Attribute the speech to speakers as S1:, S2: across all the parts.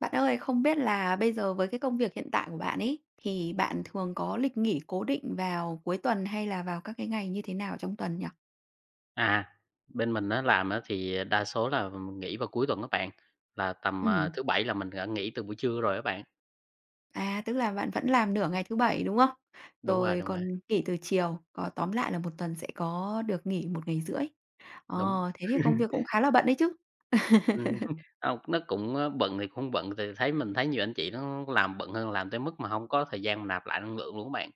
S1: Bạn ơi, không biết là bây giờ với cái công việc hiện tại của bạn ấy, thì bạn thường có lịch nghỉ cố định vào cuối tuần hay là vào các cái ngày như thế nào trong tuần nhỉ?
S2: À, bên mình á làm á thì đa số là mình nghỉ vào cuối tuần các bạn, là tầm,
S1: Ừ.
S2: thứ Bảy là mình đã nghỉ từ buổi trưa rồi á bạn.
S1: Tức là bạn vẫn làm nửa ngày thứ Bảy, đúng không?
S2: Đúng rồi,
S1: Rồi
S2: đúng rồi,
S1: còn nghỉ từ chiều, có tóm lại là một tuần sẽ có được nghỉ một ngày rưỡi.
S2: đúng.
S1: Ờ, Thế thì công việc cũng khá là bận đấy chứ?
S2: Ừm, hông, nó cũng, bận thì cũng hông bận, thì thấy mình thấy nhiều anh chị nó làm bận hơn, làm tới mức mà không có thời gian mà nạp lại năng lượng luôn các bạn.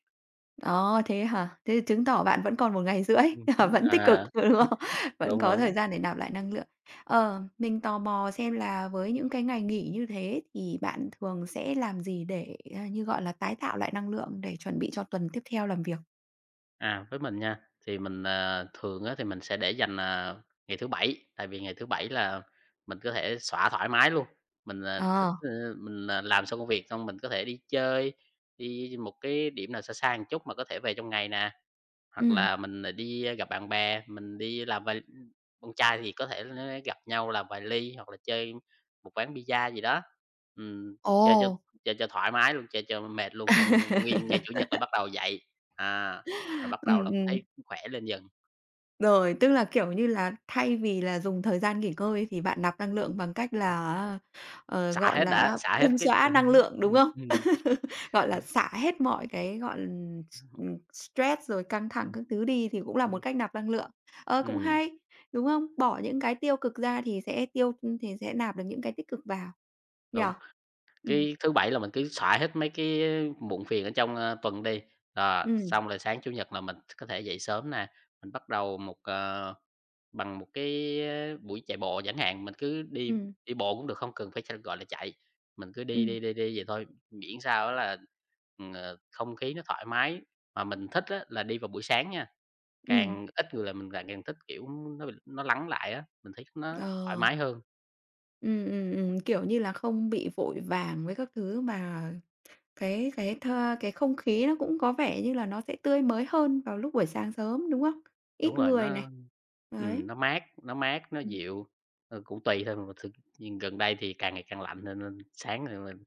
S1: Ờ, thế hả? Thế thì chứng tỏ bạn vẫn còn một ngày rưỡi,
S2: Ừm
S1: vẫn tích cực,
S2: à,
S1: đúng không? Vẫn
S2: đúng,
S1: có thời
S2: đúng.
S1: gian để nạp lại năng lượng. Mình tò mò xem là với những cái ngày nghỉ như thế thì bạn thường sẽ làm gì để, như gọi là, tái tạo lại năng lượng để chuẩn bị cho tuần tiếp theo làm việc?
S2: Với mình nha, thì mình, thường á thì mình sẽ để dành, ngày thứ Bảy, tại vì ngày thứ Bảy là mình có thể xõa thoải mái luôn. Mình, thích,
S1: Ờ,
S2: mình, làm xong công việc xong mình có thể đi chơi, đi một cái điểm nào xa xa một chút mà có thể về trong ngày nè. Hoặc
S1: ừ,
S2: là mình lại đi, gặp bạn bè, mình đi làm vài con trai thì có thể nó gặp nhau làm vài ly hoặc là chơi một quán pizza gì đó. Ừm, chơi cho
S1: Ồ!
S2: chơi cho thoải mái luôn, chơi cho mệt luôn, xong nguyên ngày Chủ nhật là bắt đầu dậy, à, rồi bắt
S1: ừ
S2: đầu là cũng thấy
S1: ừ
S2: khỏe lên dần,
S1: Rồi, tức là, kiểu như là, thay vì là dùng thời gian nghỉ ngơi thì bạn nạp năng lượng bằng cách là
S2: xả
S1: gọi
S2: hết đã,
S1: là
S2: xả hết
S1: bung
S2: cái
S1: xóa năng
S2: ừm,
S1: lượng, đúng không?
S2: ừm,
S1: Gọi là
S2: đúng,
S1: xả hết mọi cái, gọi stress rồi căng thẳng
S2: ừm,
S1: các thứ đi thì cũng là
S2: ừm,
S1: một cách nạp năng lượng. Ờ, cũng
S2: ừm,
S1: hay, đúng không? Bỏ những cái tiêu cực ra thì sẽ tiêu thì sẽ nạp được những cái tích cực vào, nhỉ?
S2: đúng.
S1: Ừm,
S2: Cái thứ Bảy là mình cứ xõa hết mấy cái muộn phiền ở trong, tuần đi, rồi,
S1: ừm,
S2: xong rồi sáng Chủ nhật là mình có thể dậy sớm nè, mình bắt đầu một, bằng một cái, buổi chạy bộ chẳng hạn, mình cứ đi
S1: ừm,
S2: đi bộ cũng được, không cần phải gọi là chạy, mình cứ đi
S1: ừm,
S2: đi đi đi vậy thôi, miễn sao á là, không khí nó thoải mái. Mà mình thích á là đi vào buổi sáng nha,
S1: ừm,
S2: càng ít người là mình lại càng thích, kiểu, nó lắng lại á, mình thấy nó thoải
S1: ờ,
S2: mái hơn.
S1: kiểu như là, không bị vội vàng với các thứ mà Cái không khí nó cũng có vẻ như là nó sẽ tươi mới hơn vào lúc buổi sáng sớm, đúng không? Ít
S2: Đúng rồi,
S1: người này, đấy.
S2: nó mát, nó mát, nó
S1: Ừm.
S2: dịu, cũng tùy thôi, mà thực nhưng gần đây thì càng ngày càng lạnh nên nên sáng thì mình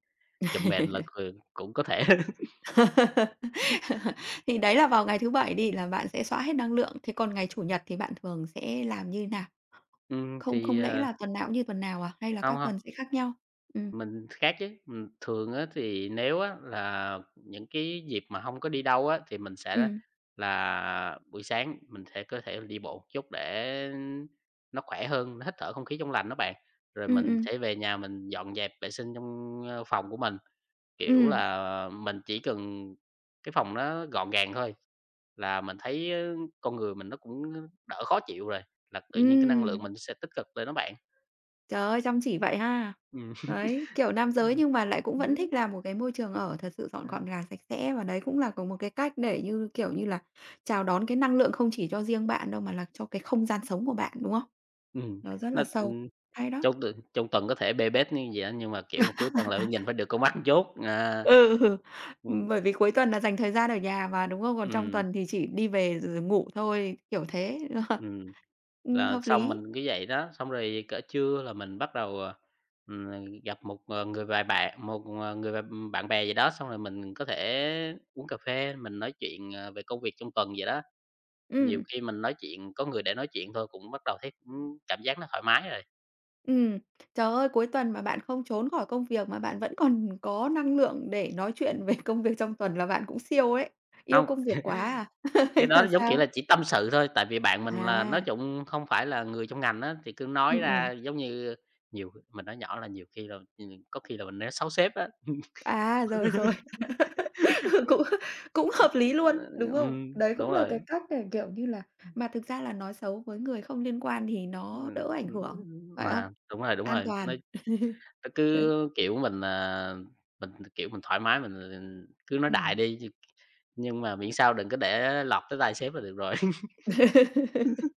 S2: chùm mền là, ừ, cũng có thể.
S1: Thì đấy là vào ngày thứ Bảy đi là bạn sẽ xóa hết năng lượng, thế còn ngày Chủ nhật thì bạn thường sẽ làm như nào? Không không
S2: Thì,
S1: lẽ
S2: ờ
S1: là tuần nào cũng như tuần nào à, hay là
S2: không
S1: các
S2: hông,
S1: tuần sẽ khác nhau? Ừ
S2: mình khác chứ, thường á thì nếu á là những cái dịp mà không có đi đâu á, thì mình
S1: ừ
S2: sẽ là buổi sáng mình sẽ có thể đi bộ một chút để nó khỏe hơn, nó hít thở không khí trong lành đó bạn. Rồi
S1: ừ
S2: mình
S1: ừ
S2: sẽ về nhà mình dọn dẹp vệ sinh trong, phòng của mình. Kiểu
S1: ừ
S2: là, mình chỉ cần cái phòng nó gọn gàng thôi là mình thấy, con người mình nó cũng đỡ khó chịu rồi, là tự nhiên cái năng lượng
S1: ừ
S2: mình sẽ tích cực lên đó bạn.
S1: Trời ơi, chăm chỉ vậy ha!
S2: Ừ.
S1: Đấy, kiểu nam giới
S2: Ừm,
S1: nhưng mà lại cũng vẫn thích là một cái môi trường ở thật sự
S2: À
S1: dọn
S2: ha.
S1: gọn gàng, sạch sẽ và đấy cũng là có một cái cách để như, kiểu như là, chào đón cái năng lượng không chỉ cho riêng bạn đâu mà là cho cái không gian sống của bạn, đúng không? Nó rất
S2: nó,
S1: là sâu.
S2: ừm,
S1: Hay đó.
S2: trong tuần có thể bê bết như vậy á, nhưng mà, kiểu, mà cuối tuần là phải nhìn phải được con mắt chốt. Chút,
S1: Ừ,
S2: ừm,
S1: bởi vì cuối tuần là dành thời gian ở nhà mà, đúng không? Còn trong
S2: ừm,
S1: tuần thì chỉ đi về rồi ngủ thôi, kiểu thế.
S2: ừm. Là
S1: Hợp
S2: xong mình
S1: lý.
S2: cứ vậy đó, xong rồi cỡ trưa là mình bắt đầu, ừm, gặp một, người vài bạn một, người bạn bè gì đó, xong rồi mình có thể uống cà phê, mình nói chuyện, về công việc trong tuần vậy đó. Nhiều
S1: Ừm.
S2: khi mình nói chuyện có người để nói chuyện thôi cũng bắt đầu thấy cũng cảm giác nó thoải mái rồi.
S1: Ừm, Trời ơi, cuối tuần mà bạn không trốn khỏi công việc mà bạn vẫn còn có năng lượng để nói chuyện về công việc trong tuần là bạn cũng siêu ấy. Yêu
S2: Không
S1: công việc quá à?
S2: cái
S1: Hay
S2: đó
S1: là
S2: giống kiểu
S1: sao?
S2: là chỉ tâm sự thôi, tại vì bạn mình là nói
S1: À.
S2: chung không phải là người trong ngành á, thì cứ nói
S1: Ừm,
S2: ra
S1: ừm.
S2: giống như nhiều mình nói nhỏ là nhiều khi là, có khi là mình nói xấu sếp á.
S1: À, rồi, rồi, cũng cũng hợp lý luôn, đúng không?
S2: Ừm,
S1: Đấy cũng
S2: đúng
S1: là cái
S2: rồi.
S1: cách để, kiểu như là mà thực ra là nói xấu với người không liên quan thì nó
S2: Ừm,
S1: đỡ ảnh
S2: ừm,
S1: hưởng, phải không?
S2: mà đúng
S1: An
S2: rồi, nó
S1: toàn.
S2: nó
S1: Đấy,
S2: cứ, kiểu, mình, mình, kiểu, mình thoải mái, mình cứ nói đại đi nhưng mà miễn sao đừng có để lọt tới tai sếp là được rồi.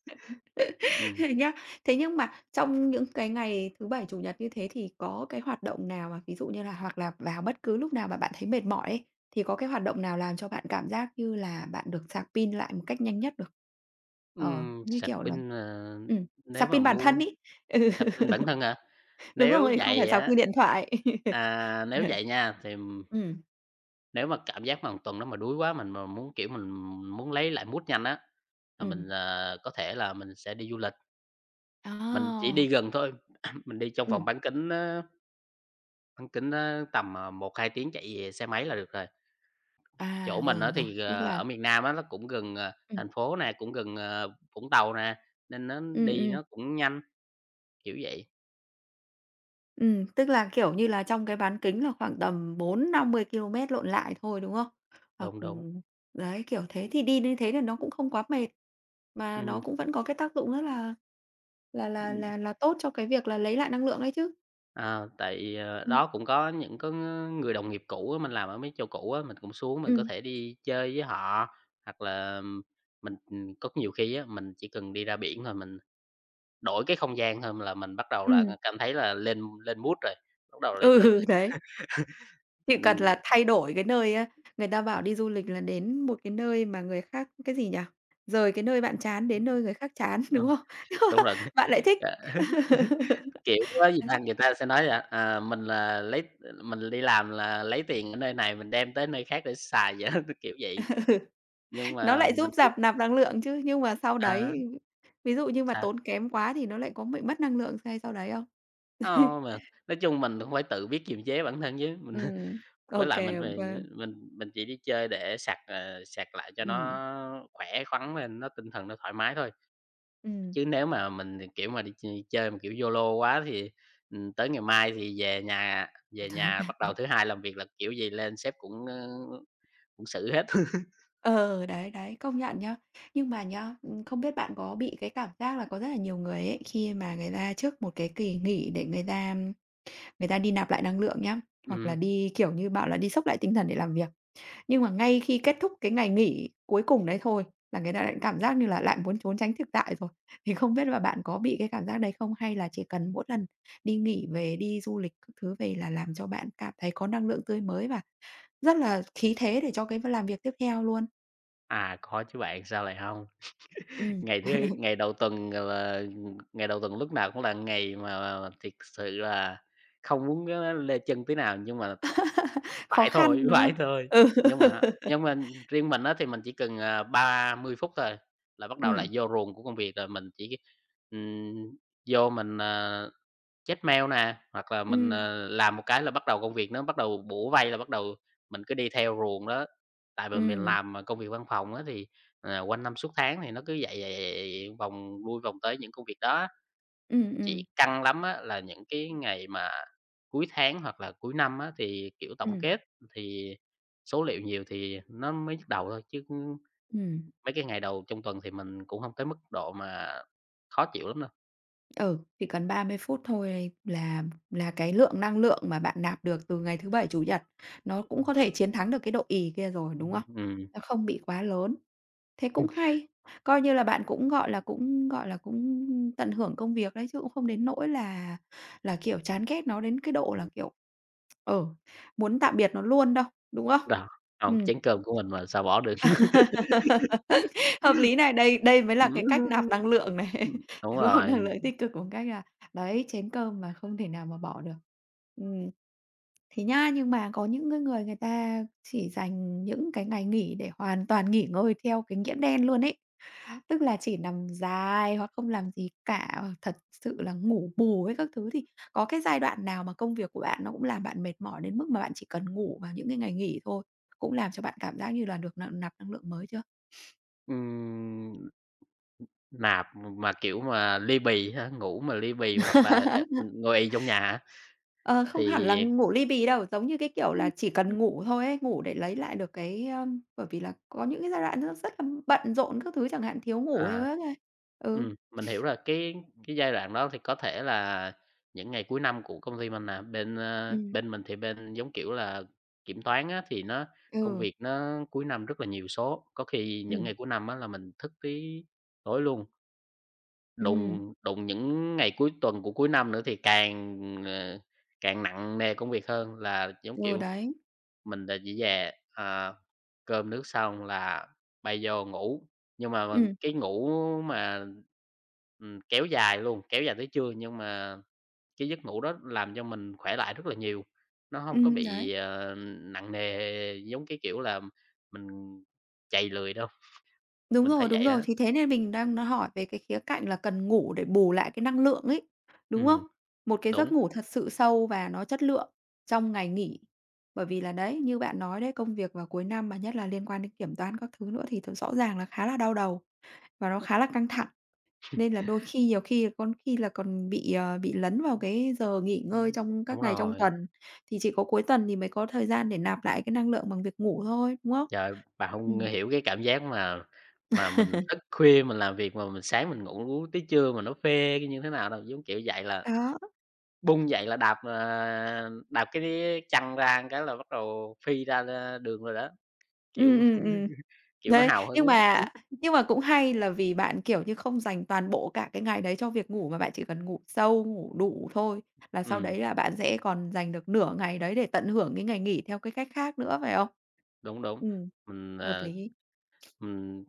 S2: Ừm,
S1: Thế nhá. Thế nhưng mà trong những cái ngày thứ Bảy, Chủ nhật như thế thì có cái hoạt động nào mà ví dụ như là hoặc là vào bất cứ lúc nào mà bạn thấy mệt mỏi ấy, thì có cái hoạt động nào làm cho bạn cảm giác như là bạn được sạc pin lại một cách nhanh nhất được? Ờ, giống như
S2: sạc
S1: kiểu là
S2: pin,
S1: ừm,
S2: nếu
S1: sạc
S2: mà
S1: pin bản thân
S2: muốn
S1: ấy. Ừ,
S2: sạc pin bản thân hả?
S1: đúng
S2: Nếu
S1: rồi, không phải
S2: vậy
S1: sạc
S2: á
S1: pin điện thoại. ừ
S2: nếu vậy nha, thì
S1: ừ.
S2: nếu mà cảm giác mà một tuần đó mà đuối quá, mình mà muốn, kiểu, mình muốn lấy lại mood nhanh á, là
S1: ừm.
S2: mình, có thể là mình sẽ đi du lịch. Mình chỉ đi
S1: À!
S2: gần thôi, mình đi trong vòng
S1: Ừm,
S2: bán kính á tầm, 1-2 tiếng chạy về xe máy là được rồi. Chỗ mình á
S1: rồi, rồi,
S2: thì,
S1: tức là
S2: ở miền Nam á, nó cũng gần,
S1: ừ
S2: thành phố nè, cũng gần, Vũng Tàu nè, nên nó
S1: ừ.
S2: đi
S1: ừm.
S2: nó cũng nhanh, kiểu vậy.
S1: Tức là, kiểu như là, trong cái bán kính là khoảng tầm 40-50 km lộn lại thôi, đúng không? Hoặc,
S2: Đúng, đúng,
S1: đấy, kiểu thế, thì đi như thế thì nó cũng không quá mệt, mà
S2: ừm,
S1: nó cũng vẫn có cái tác dụng rất là
S2: ừm,
S1: tốt cho cái việc là lấy lại năng lượng đấy chứ.
S2: tại,
S1: Ừm,
S2: đó cũng có những có người đồng nghiệp cũ á, mình làm ở mấy chỗ cũ á, mình cũng xuống mình có
S1: ừm,
S2: thể đi chơi với họ, hoặc là mình, có nhiều khi á, mình chỉ cần đi ra biển thôi mình Đổi cái không gian thôi là mình bắt đầu là
S1: ừm,
S2: cảm thấy là lên lên mood rồi, bắt đầu là
S1: ừ, đấy, chỉ cần
S2: ừm,
S1: là thay đổi cái nơi á, người ta bảo đi du lịch là đến một cái nơi mà người khác cái gì nhỉ? Rời cái nơi bạn chán đến nơi người khác chán, đúng
S2: đúng
S1: không? Nhưng
S2: đúng
S1: mà
S2: rồi.
S1: bạn lại thích.
S2: Ờ, kiểu, á, gì ta người ta sẽ nói là, mình là lấy mình đi làm là lấy tiền ở nơi này mình đem tới nơi khác để xài vậy á, kiểu vậy.
S1: Ừ.
S2: Nhưng
S1: Nó
S2: mà
S1: lại giúp
S2: mình đi
S1: dập nạp năng lượng chứ, nhưng mà sau
S2: à,
S1: đấy ví dụ như mà
S2: sao?
S1: tốn kém quá thì nó lại có bị mất năng lượng ngay sau đấy không?
S2: Hông, mà nói chung mình cũng phải tự biết kiềm chế bản thân chứ, mình
S1: Ừm,
S2: với
S1: ok
S2: lại
S1: kê,
S2: mình
S1: ô
S2: thì mình chỉ đi chơi để sạc, sạc lại cho
S1: Ừm,
S2: nó khỏe khoắn lên, nó tinh thần nó thoải mái thôi.
S1: ừm.
S2: Chứ nếu mà mình, kiểu, mà đi chơi chơi mà, kiểu, YOLO quá thì, tới ngày mai thì về nhà bắt đầu thứ Hai làm việc là kiểu gì lên sếp cũng, cũng xử hết.
S1: Ờ, đấy, đấy, công nhận nhá. Nhưng mà nhá, không biết bạn có bị cái cảm giác là có rất là nhiều người ấy, khi mà người ta trước một cái kỳ nghỉ để người ta đi nạp lại năng lượng nhá, hoặc là
S2: Ừm,
S1: đi, kiểu như, bảo là đi xốc lại tinh thần để làm việc. Nhưng mà ngay khi kết thúc cái ngày nghỉ cuối cùng đấy thôi là người ta lại cảm giác như là lại muốn trốn tránh thực tại rồi. Thì không biết là bạn có bị cái cảm giác đấy không? Hay là chỉ cần mỗi lần đi nghỉ về, đi du lịch các thứ về là làm cho bạn cảm thấy có năng lượng tươi mới và rất là khí thế để cho cái v làm việc tiếp theo luôn?
S2: có chứ bạn, sao lại không
S1: Ừm.
S2: Ngày thứ ngày đầu tuần, là, ngày đầu tuần lúc nào cũng là ngày mà thiệt sự là không muốn á lê chân tí nào, nhưng mà
S1: Khó
S2: Phải thôi,
S1: khăn, đúng
S2: phải
S1: không?
S2: thôi.
S1: Ừ.
S2: Nhưng mà nhưng mà riêng mình á thì mình chỉ cần, 30 phút thôi là bắt đầu
S1: ừ
S2: lại vô ruồng của công việc rồi. Mình chỉ, ừm, vô mình, check mail nè, hoặc là mình,
S1: ừ
S2: làm một cái là bắt đầu công việc nó bắt đầu bủa vây, là bắt đầu mình cứ đi theo ruồng đó. Tại vì mình
S1: ừ
S2: làm, công việc văn phòng á thì, quanh năm suốt tháng thì nó cứ vậy, vậy, vậy, vậy vòng lui vòng tới những công việc đó.
S1: ừ
S2: Chỉ
S1: ừ
S2: căng lắm á là những cái ngày mà cuối tháng hoặc là cuối năm á, thì, kiểu, tổng
S1: ừm,
S2: kết thì số liệu nhiều thì nó mới nhức đầu thôi, chứ
S1: ừm.
S2: mấy cái ngày đầu trong tuần thì mình cũng không tới mức độ mà khó chịu lắm đâu.
S1: Ừ, chỉ cần 30 phút thôi là cái lượng năng lượng mà bạn nạp được từ ngày thứ Bảy, Chủ nhật nó cũng
S2: Ừm,
S1: có thể chiến thắng được cái độ ì kia rồi, đúng
S2: ừm,
S1: không?
S2: ừm,
S1: Nó không bị quá lớn, thế cũng
S2: ừm,
S1: hay, coi như là bạn cũng, gọi là, cũng, gọi là, cũng tận hưởng công việc đấy, chứ cũng không đến nỗi là kiểu, chán ghét nó đến cái độ là, kiểu, ờ, muốn tạm biệt nó luôn đâu, đúng không?
S2: đó, hông,
S1: Ừm.
S2: chén cơm của mình mà sao bỏ được.
S1: Hợp lý này, đây đây mới là cái cách nạp
S2: Ừm,
S1: năng lượng này,
S2: đúng
S1: đúng không? Năng
S2: rồi,
S1: lượng tích cực một cách là, đấy, chén cơm mà không thể nào mà bỏ được. Ừm. Thế nhá, nhưng mà có những cái người người ta chỉ dành những cái ngày nghỉ để hoàn toàn nghỉ ngơi theo cái nghĩa đen luôn ấy, tức là chỉ nằm dài hoặc không làm gì cả, hoặc thật sự là ngủ bù ấy các thứ, thì có cái giai đoạn nào mà công việc của bạn nó cũng làm bạn mệt mỏi đến mức mà bạn chỉ cần ngủ vào những cái ngày nghỉ thôi? Cũng làm cho bạn cảm giác như là được nạp nạp năng lượng mới chưa?
S2: ừm, nạp mà, kiểu, mà li bì ha, ngủ mà li bì hoặc là, ngồi ì trong nhà á
S1: Ờ, không
S2: thì
S1: hẳn là ngủ ly bì đâu, giống như cái kiểu là chỉ cần ngủ thôi ấy, ngủ để lấy lại được cái, ơm bởi vì là có những cái giai đoạn nó rất là bận rộn các thứ chẳng hạn, thiếu ngủ thì
S2: à.
S1: vất này. Ừ,
S2: Mình hiểu rồi, cái giai đoạn đó thì có thể là những ngày cuối năm của công ty mình nè, bên,
S1: ừm,
S2: bên mình thì bên, giống kiểu là, kiểm toán á, thì nó công
S1: ừ,
S2: việc nó cuối năm rất là nhiều số, có khi những
S1: ừm,
S2: ngày cuối năm á là mình thức tới tối luôn,
S1: ừ,
S2: đùng đùng những ngày cuối tuần của cuối năm nữa thì càng, ờ, càng nặng nề công việc hơn là, giống
S1: Rồi
S2: kiểu
S1: đấy,
S2: mình là chỉ về, cơm nước xong là bay vô ngủ, nhưng mà
S1: ừ
S2: cái ngủ mà, kéo dài luôn, kéo dài tới trưa nhưng mà cái giấc ngủ đó làm cho mình khỏe lại rất là nhiều. Nó
S1: ừ
S2: không có
S1: đấy.
S2: bị, nặng nề giống cái kiểu là mình trầy lười đâu, mình thấy
S1: Đúng
S2: vậy
S1: rồi,
S2: đó
S1: thì thế nên mình đang nó hỏi về cái khía cạnh là cần ngủ để bù lại cái năng lượng ấy, đúng
S2: Ừm,
S1: không? Một cái
S2: đúng.
S1: giấc ngủ thật sự sâu và nó chất lượng trong ngày nghỉ. Bởi vì là đấy, như bạn nói đấy, công việc vào cuối năm mà nhất là liên quan đến kiểm toán các thứ nữa thì thật rõ ràng là khá là đau đầu và nó khá là căng thẳng. Nên là đôi khi nhiều khi con khi là còn bị, bị lấn vào cái giờ nghỉ ngơi
S2: Ừm,
S1: trong
S2: đúng
S1: các ngày trong
S2: rồi.
S1: tuần, thì chỉ có cuối tuần thì mới có thời gian để nạp lại cái năng lượng bằng việc ngủ thôi, đúng không?
S2: Trời, bà hông
S1: Ừm.
S2: hiểu cái cảm giác mà mình thức khuya mình làm việc mà mình sáng mình ngủ uống tới trưa mà nó phê như thế nào đâu, giống kiểu dậy là
S1: Đó.
S2: bung dậy là đạp, đạp cái chăn ra cái là bắt đầu phi ra, a, đường rồi đó,
S1: Ừm,
S2: kiểu
S1: ừm, ừm.
S2: kiểu, nó
S1: Đấy,
S2: hào hứng á.
S1: nhưng mà cũng hay là vì bạn, kiểu như, không dành toàn bộ cả cái ngày đấy cho việc ngủ mà bạn chỉ cần ngủ sâu, ngủ đủ thôi, là sau
S2: Ừm,
S1: đấy là bạn sẽ còn dành được nửa ngày đấy để tận hưởng cái ngày nghỉ theo cái cách khác nữa, phải không?
S2: đúng, đúng,
S1: Ừm,
S2: mình,
S1: hợp lý.
S2: Ừm,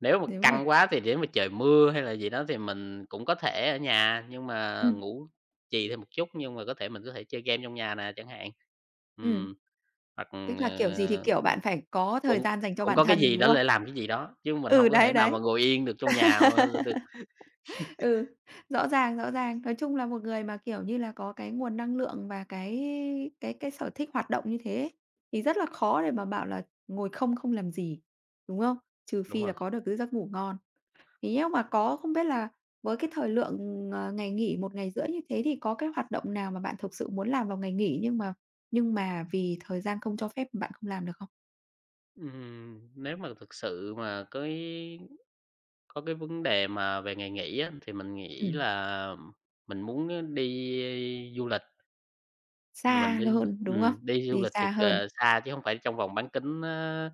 S2: nếu mà
S1: Nếu mà
S2: căng quá thì nếu mà trời mưa hay là gì đó thì mình cũng có thể ở nhà, nhưng mà
S1: ừm,
S2: ngủ trì thêm một chút, nhưng mà có thể mình có thể chơi game trong nhà nè chẳng hạn.
S1: ừm,
S2: Ừm, hoặc,
S1: tức là kiểu gì thì
S2: ờ,
S1: kiểu bạn phải có thời
S2: cũng
S1: gian dành cho
S2: cũng
S1: bản
S2: có cái
S1: thân,
S2: gì
S1: đúng
S2: đó
S1: không?
S2: để làm cái gì đó, chứ mình
S1: Ừ,
S2: không có thể
S1: đấy,
S2: nào mà
S1: đấy.
S2: ngồi yên được trong nhà mà được.
S1: Ừ, rõ ràng, rõ ràng. Nói chung là một người mà, kiểu như là, có cái nguồn năng lượng và cái sở thích hoạt động như thế ấy, thì rất là khó để mà bảo là ngồi không không làm gì, đúng không? Trừ
S2: Đúng
S1: phi là
S2: rồi.
S1: có được cái giấc ngủ ngon. Thế nếu mà có không biết là với cái thời lượng, ngày nghỉ một ngày rưỡi như thế thì có cái hoạt động nào mà bạn thực sự muốn làm vào ngày nghỉ nhưng mà vì thời gian không cho phép bạn không làm được không?
S2: Nếu mà thực sự mà có cái vấn đề mà về ngày nghỉ á, thì mình nghĩ
S1: Ừm,
S2: là mình muốn đi du lịch. Là mình
S1: xa
S2: đi
S1: hơn, đúng không?
S2: đi du
S1: Đi
S2: lịch thiệt,
S1: xa hơn,
S2: xa chứ hông phải trong vòng bán kính á,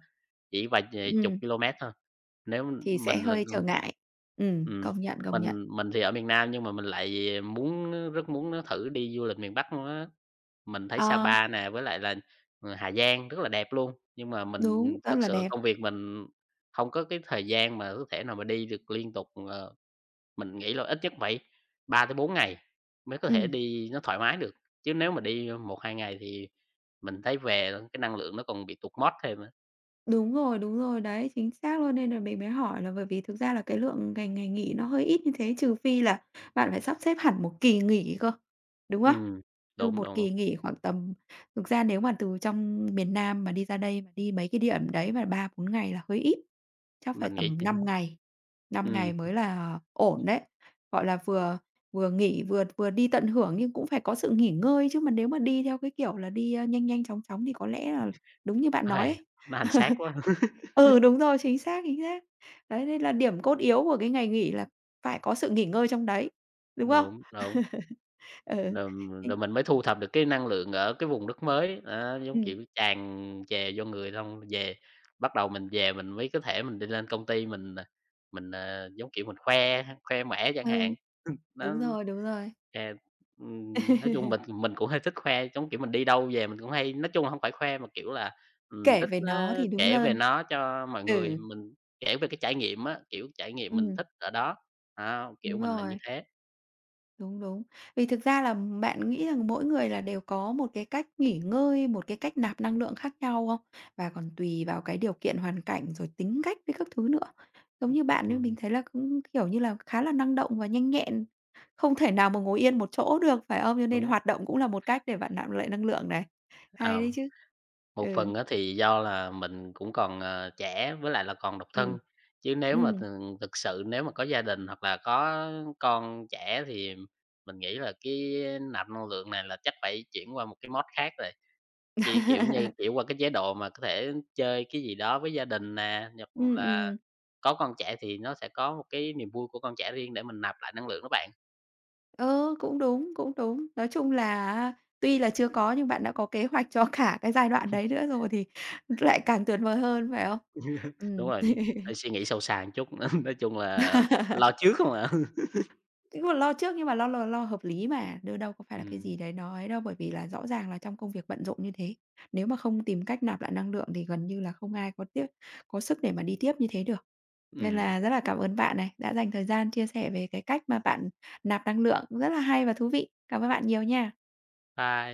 S2: chỉ vài chục
S1: ừm,
S2: ki-lô-mét thôi. Nếu
S1: thì sẽ
S2: mình là
S1: hơi
S2: người
S1: trở ngại.
S2: ừm,
S1: Công nhận, công nhận.
S2: mình thì ở miền Nam nhưng mà mình lại muốn rất muốn nó thử đi du lịch miền Bắc luôn á. Mình thấy
S1: Ờ,
S2: Sapa nè, với lại là, Hà Giang rất là đẹp luôn, nhưng mà mình ừ,
S1: đúng, Rất
S2: thực
S1: là
S2: sự là
S1: đẹp.
S2: công việc mình hông có cái thời gian mà có thể nào mà đi được liên tục, mình nghĩ là ít nhất phải 3 tới 4 ngày mới có thể
S1: Ừm.
S2: đi nó thoải mái được, chứ nếu mà đi 1 2 ngày thì mình thấy về cái năng lượng nó còn bị tụt mót thêm á.
S1: Đúng rồi, đấy, chính xác luôn. Nên là mình mới hỏi là bởi vì thực ra là cái lượng ngày ngày nghỉ nó hơi ít như thế, trừ phi là bạn phải sắp xếp hẳn một kỳ nghỉ cơ, đúng không?
S2: Ừm,
S1: Từ
S2: đúng,
S1: một
S2: đúng, đúng.
S1: kỳ nghỉ khoảng tầm thực ra nếu mà từ trong miền Nam mà đi ra đây mà đi mấy cái điểm đấy mà 3 4 ngày là hơi ít. Chắc phải
S2: Mình nghĩ
S1: tầm 5 ngày, năm
S2: ừm,
S1: ngày mới là ổn đấy. Gọi là, vừa vừa nghỉ, vừa vừa đi tận hưởng nhưng cũng phải có sự nghỉ ngơi chứ, mà nếu mà đi theo cái kiểu là đi, a, nhanh nhanh chóng chóng thì có lẽ là đúng như bạn
S2: nó
S1: nói
S2: hay,
S1: ấy.
S2: nó hành xác quá.
S1: Ừ, đúng rồi, chính xác, chính xác. Đấy, nên là điểm cốt yếu của cái ngày nghỉ là phải có sự nghỉ ngơi trong đấy, đúng không?
S2: Đúng, đúng,
S1: Ừ,
S2: rồi
S1: thế
S2: rồi mình mới thu thập được cái năng lượng ở cái vùng đất mới, đó, giống
S1: ừm,
S2: kiểu, tràn trề vô người xong về bắt đầu mình về mình mới có thể mình đi lên công ty mình, mình, giống kiểu, mình khoe khoe mẽ chẳng hạn,
S1: ừ,
S2: nó
S1: đúng rồi,
S2: À, nói chung mình cũng hơi thích khoe, giống kiểu, mình đi đâu về mình cũng hay nói chung là hông phải khoe mà, kiểu là,
S1: kể
S2: thích
S1: về nó
S2: á
S1: thì đúng
S2: kể về
S1: hơn.
S2: nó cho mọi người,
S1: Ừ,
S2: mình kể về cái trải nghiệm á, kiểu, trải nghiệm mình
S1: ừm,
S2: thích ở đó, đó, kiểu,
S1: đúng
S2: mình là như
S1: rồi.
S2: thế.
S1: Đúng, đúng. Vì thực ra là bạn nghĩ rằng mỗi người là đều có một cái cách nghỉ ngơi, một cái cách nạp năng lượng khác nhau không? Và còn tùy vào cái điều kiện hoàn cảnh rồi tính cách với các thứ nữa. Giống như bạn ấy,
S2: Ừm,
S1: mình thấy là cũng, kiểu như là, khá là năng động và nhanh nhẹn, không thể nào mà ngồi yên một chỗ được, phải không? Cho nên
S2: đúng,
S1: hoạt động cũng là một cách để bạn nạp lại năng lượng này. Hay
S2: ờ,
S1: đấy chứ. Ừ,
S2: một phần á thì do là mình cũng còn, trẻ với lại là còn độc
S1: ừ
S2: thân, chứ nếu
S1: ừ
S2: mà thực sự nếu mà có gia đình hoặc là có con trẻ thì mình nghĩ là cái nạp năng lượng này là chắc phải chuyển qua một cái mode khác rồi. Kiểu, kiểu như, kiểu, qua cái chế độ mà có thể chơi cái gì đó với gia đình nè, hoặc là
S1: Ừm.
S2: có con trẻ thì nó sẽ có một cái niềm vui của con trẻ riêng để mình nạp lại năng lượng đó bạn.
S1: Ừ, cũng đúng, cũng đúng. Nói chung là tuy là chưa có nhưng bạn đã có kế hoạch cho cả cái giai đoạn đấy nữa rồi thì lại càng tuyệt vời hơn, phải không?
S2: Đúng
S1: Ừm.
S2: rồi, phải suy nghĩ sâu xa một chút, nói chung là lo trước không ạ
S1: Nhưng mà lo trước nhưng mà lo lo lo hợp lý mà, đâu đâu có phải là cái
S2: Ừm,
S1: gì đấy nó ấy đâu, bởi vì là rõ ràng là trong công việc bận rộn như thế, nếu mà không tìm cách nạp lại năng lượng thì gần như là không ai có sức để mà đi tiếp như thế được. Nên
S2: ừm,
S1: là rất là cảm ơn bạn này, đã dành thời gian chia sẻ về cái cách mà bạn nạp năng lượng, rất là hay và thú vị. Cảm ơn bạn nhiều nha.
S2: bye.